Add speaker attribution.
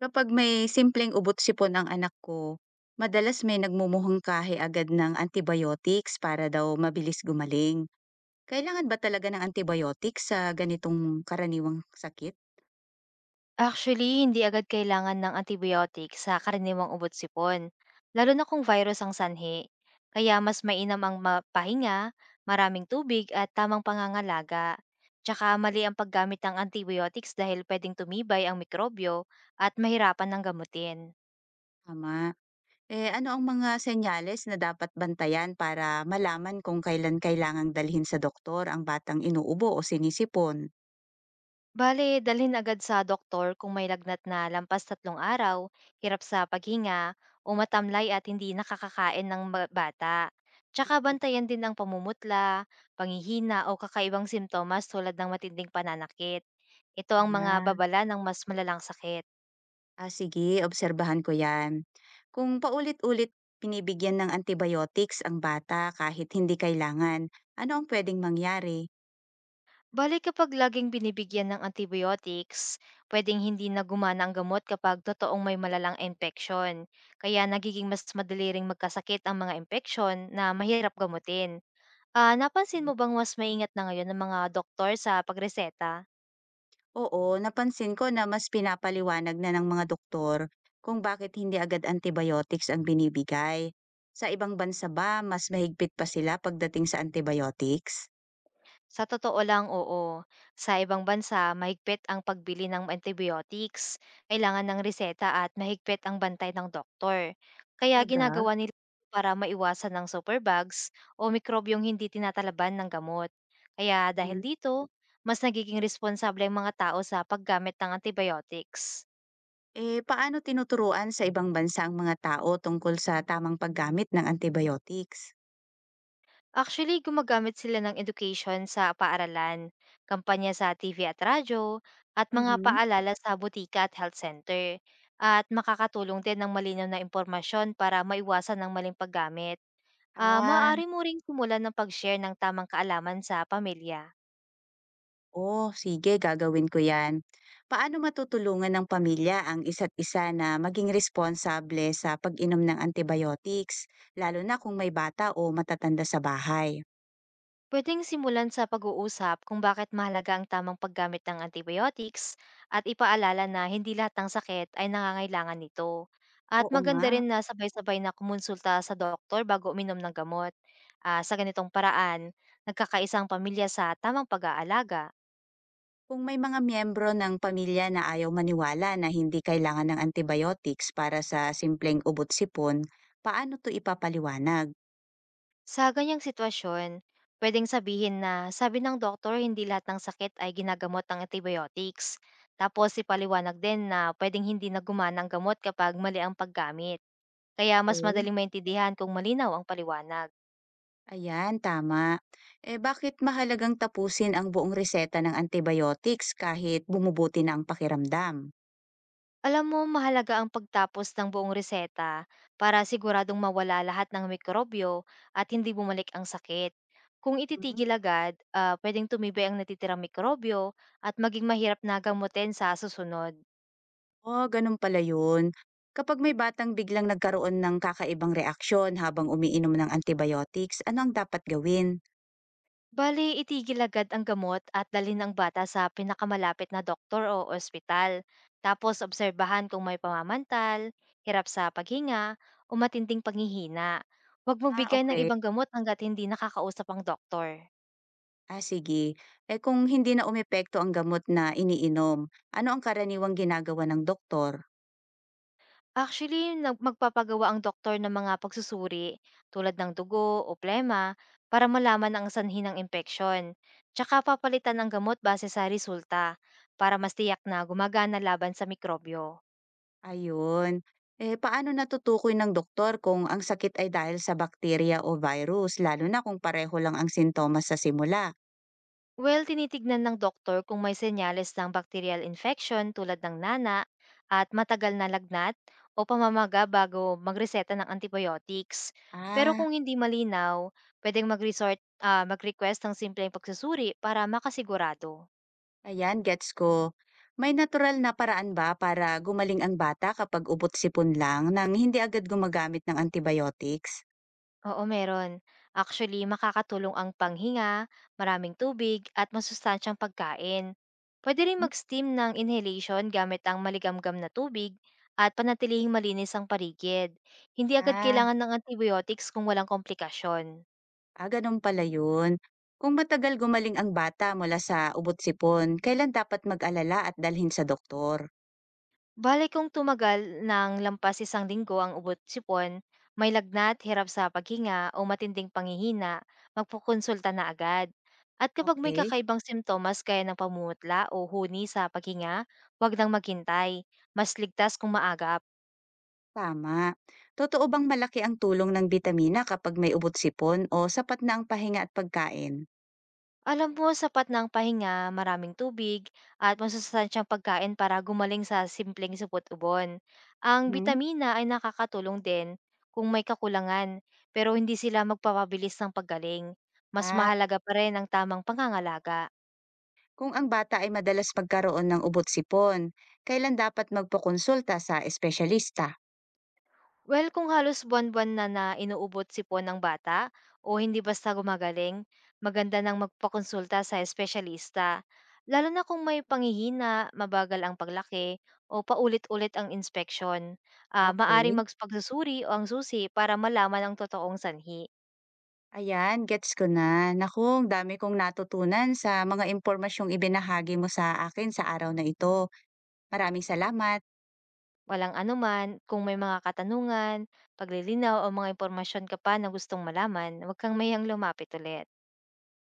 Speaker 1: Kapag may simpleng ubot sipon ang anak ko, madalas may nagmumuhungkahi agad ng antibiotics para daw mabilis gumaling. Kailangan ba talaga ng antibiotics sa ganitong karaniwang sakit?
Speaker 2: Actually, hindi agad kailangan ng antibiotic sa karaniwang ubot-sipon, lalo na kung virus ang sanhi. Kaya mas mainam ang mapahinga, maraming tubig at tamang pangangalaga. Tsaka mali ang paggamit ng antibiotics dahil pwedeng tumibay ang mikrobyo at mahirapan ng gamutin.
Speaker 1: Tama. Eh ano ang mga senyales na dapat bantayan para malaman kung kailan kailangang dalhin sa doktor ang batang inuubo o sinisipon?
Speaker 2: Bale, dalhin agad sa doktor kung may lagnat na lampas 3 araw, hirap sa paghinga, o matamlay at hindi nakakakain ng bata. Tsaka bantayan din ang pamumutla, panghihina o kakaibang simptomas tulad ng matinding pananakit. Ito ang mga
Speaker 1: Ah.
Speaker 2: babala ng mas malalang sakit.
Speaker 1: Ah, sige, obserbahan ko yan. Kung paulit-ulit pinibigyan ng antibiotics ang bata kahit hindi kailangan, ano ang pwedeng mangyari?
Speaker 2: Bale kapag laging binibigyan ng antibiotics, pwedeng hindi na gumana ang gamot kapag totoong may malalang infeksyon. Kaya nagiging mas madali ring magkasakit ang mga impeksyon na mahirap gamutin. Ah, napansin mo bang mas maingat na ngayon ang mga doktor sa pagreseta?
Speaker 1: Oo, napansin ko na mas pinapaliwanag na ng mga doktor kung bakit hindi agad antibiotics ang binibigay. Sa ibang bansa ba, mas mahigpit pa sila pagdating sa antibiotics?
Speaker 2: Sa totoo lang, oo. Sa ibang bansa, mahigpit ang pagbili ng antibiotics, kailangan ng reseta at mahigpit ang bantay ng doktor. Kaya
Speaker 1: Talaga?
Speaker 2: ginagawa nila para maiwasan ng superbugs o mikrobyong hindi tinatalaban ng gamot. Kaya dahil
Speaker 1: Mhm.
Speaker 2: dito, mas nagiging responsable ang mga tao sa paggamit ng antibiotics.
Speaker 1: Eh, paano tinuturuan sa ibang bansa ang mga tao tungkol sa tamang paggamit ng antibiotics?
Speaker 2: Actually, gumagamit sila ng education sa paaralan, kampanya sa TV at radyo, at mga
Speaker 1: Mhm.
Speaker 2: paalala sa butika at health center. At makakatulong din ng malinaw na impormasyon para maiwasan ng maling paggamit. Ah,
Speaker 1: Ah,
Speaker 2: maaari mo ring kumulan ng pag-share ng tamang kaalaman sa pamilya.
Speaker 1: Oh, sige, gagawin ko 'yan. Paano matutulungan ng pamilya ang isa't isa na maging responsable sa pag-inom ng antibiotics, lalo na kung may bata o matatanda sa bahay?
Speaker 2: Pwedeng simulan sa pag-uusap kung bakit mahalaga ang tamang paggamit ng antibiotics at ipaalala na hindi lahat ng sakit ay nangangailangan nito. At
Speaker 1: Oo nga,
Speaker 2: maganda rin na sabay-sabay na kumonsulta sa doktor bago uminom ng gamot. Ah, sa ganitong paraan, nagkakaisang pamilya sa tamang pag-aalaga.
Speaker 1: kung may mga miyembro ng pamilya na ayaw maniwala na hindi kailangan ng antibiotics para sa simpleng ubot-sipon, paano 'to ipapaliwanag?
Speaker 2: Sa ganyang sitwasyon, pwedeng sabihin na sabi ng doktor hindi lahat ng sakit ay ginagamot ng antibiotics. Tapos ipaliwanag din na pwedeng hindi na gumana ang gamot kapag mali ang paggamit. Kaya mas
Speaker 1: Okay.
Speaker 2: madaling maintindihan kung malinaw ang paliwanag.
Speaker 1: Ayan, tama. Eh bakit mahalagang tapusin ang buong reseta ng antibiotics kahit bumubuti na ang pakiramdam?
Speaker 2: Alam mo, mahalaga ang pagtapos ng buong reseta para siguradong mawala lahat ng mikrobyo at hindi bumalik ang sakit. Kung
Speaker 1: Hmm,
Speaker 2: ititigil agad, pwedeng tumibay ang natitirang mikrobyo at maging mahirap na gamutin sa susunod.
Speaker 1: ah, gano'n pala 'yun. Kapag may batang biglang nagkaroon ng kakaibang reaksyon habang umiinom ng antibiotics, ano ang dapat gawin?
Speaker 2: Bali itigil agad ang gamot at dalhin ang bata sa pinakamalapit na doktor o ospital. Tapos obserbahan kung may pamamantal, hirap sa paghinga, o matinding panghihina. Huwag
Speaker 1: Ah,
Speaker 2: magbigay ng
Speaker 1: okay.
Speaker 2: ibang gamot hanggat hindi nakakausap ang doktor.
Speaker 1: Ah, sige. Eh, kung hindi na umepekto ang gamot na iniinom, ano ang karaniwang ginagawa ng doktor?
Speaker 2: Actually, magpapagawa ang doktor ng mga pagsusuri tulad ng dugo o plema para malaman ang sanhi ng impeksyon. Tsaka papalitan ng gamot base sa resulta para mas tiyak na gumagana laban sa mikrobyo.
Speaker 1: Ayun. Eh, paano natutukoy ng doktor kung ang sakit ay dahil sa bakterya o virus, lalo na kung pareho lang ang sintomas sa simula?
Speaker 2: Well, tinitignan ng doktor kung may senyales ng bacterial infection tulad ng nana at matagal na lagnat o pamamaga bago magreseta ng antibiotics. Pero
Speaker 1: Ah.
Speaker 2: kung hindi malinaw, pwedeng mag-request ng simpleng pagsusuri para makasigurado.
Speaker 1: Ayan, gets ko. May natural na paraan ba para gumaling ang bata kapag ubot-sipon lang nang hindi agad gumagamit ng antibiotics?
Speaker 2: Oo, meron. Actually, makakatulong ang panghinga, maraming tubig, at masustansyang pagkain. Pwede rin
Speaker 1: Hmm?
Speaker 2: mag-steam ng inhalation gamit ang maligamgam na tubig at panatilihing malinis ang paligid. Hindi agad
Speaker 1: Ah,
Speaker 2: kailangan ng antibiotics kung walang komplikasyon.
Speaker 1: ah, ganun pala yun. Kung matagal gumaling ang bata mula sa ubot-sipon, kailan dapat mag-alala at dalhin sa doktor?
Speaker 2: Bale kung tumagal ng lampas isang linggo ang ubot sipon, may lagnat, hirap sa paghinga o matinding panghihina, magpokonsulta na agad. At kapag may
Speaker 1: Okay,
Speaker 2: kakaibang simptomas gaya ng pamumutla o huni sa paghinga, huwag nang maghintay. Mas ligtas kung maaga.
Speaker 1: tama. Totoo bang malaki ang tulong ng bitamina kapag may ubot-sipon o sapat na ang pahinga at pagkain?
Speaker 2: Alam mo sapat na ang pahinga, maraming tubig, at masustansyang pagkain para gumaling sa simpleng supot-ubon. Ang
Speaker 1: Mhm.
Speaker 2: bitamina ay nakakatulong din kung may kakulangan, pero hindi sila magpapabilis ng paggaling. Mas
Speaker 1: Ah,
Speaker 2: mahalaga pa rin ang tamang pangangalaga.
Speaker 1: kung ang bata ay madalas magkaroon ng ubot-sipon, kailan dapat magpakonsulta sa espesyalista?
Speaker 2: Well, kung halos buwan-buwan na na inuubot sipon ng bata o hindi basta gumagaling, maganda nang magpakonsulta sa espesyalista. Lalo na kung may pangihina, mabagal ang paglaki, o paulit-ulit ang inspeksyon. Ah, maaring
Speaker 1: Okay.
Speaker 2: magpagsusuri o ang susi para malaman ang totoong sanhi.
Speaker 1: Ayan, gets ko na. Naku, ang dami kong natutunan sa mga impormasyong ibinahagi mo sa akin sa araw na ito. Maraming salamat.
Speaker 2: Walang anuman, kung may mga katanungan, paglilinaw o mga impormasyon ka pa na gustong malaman, huwag kang mayang lumapit ulit.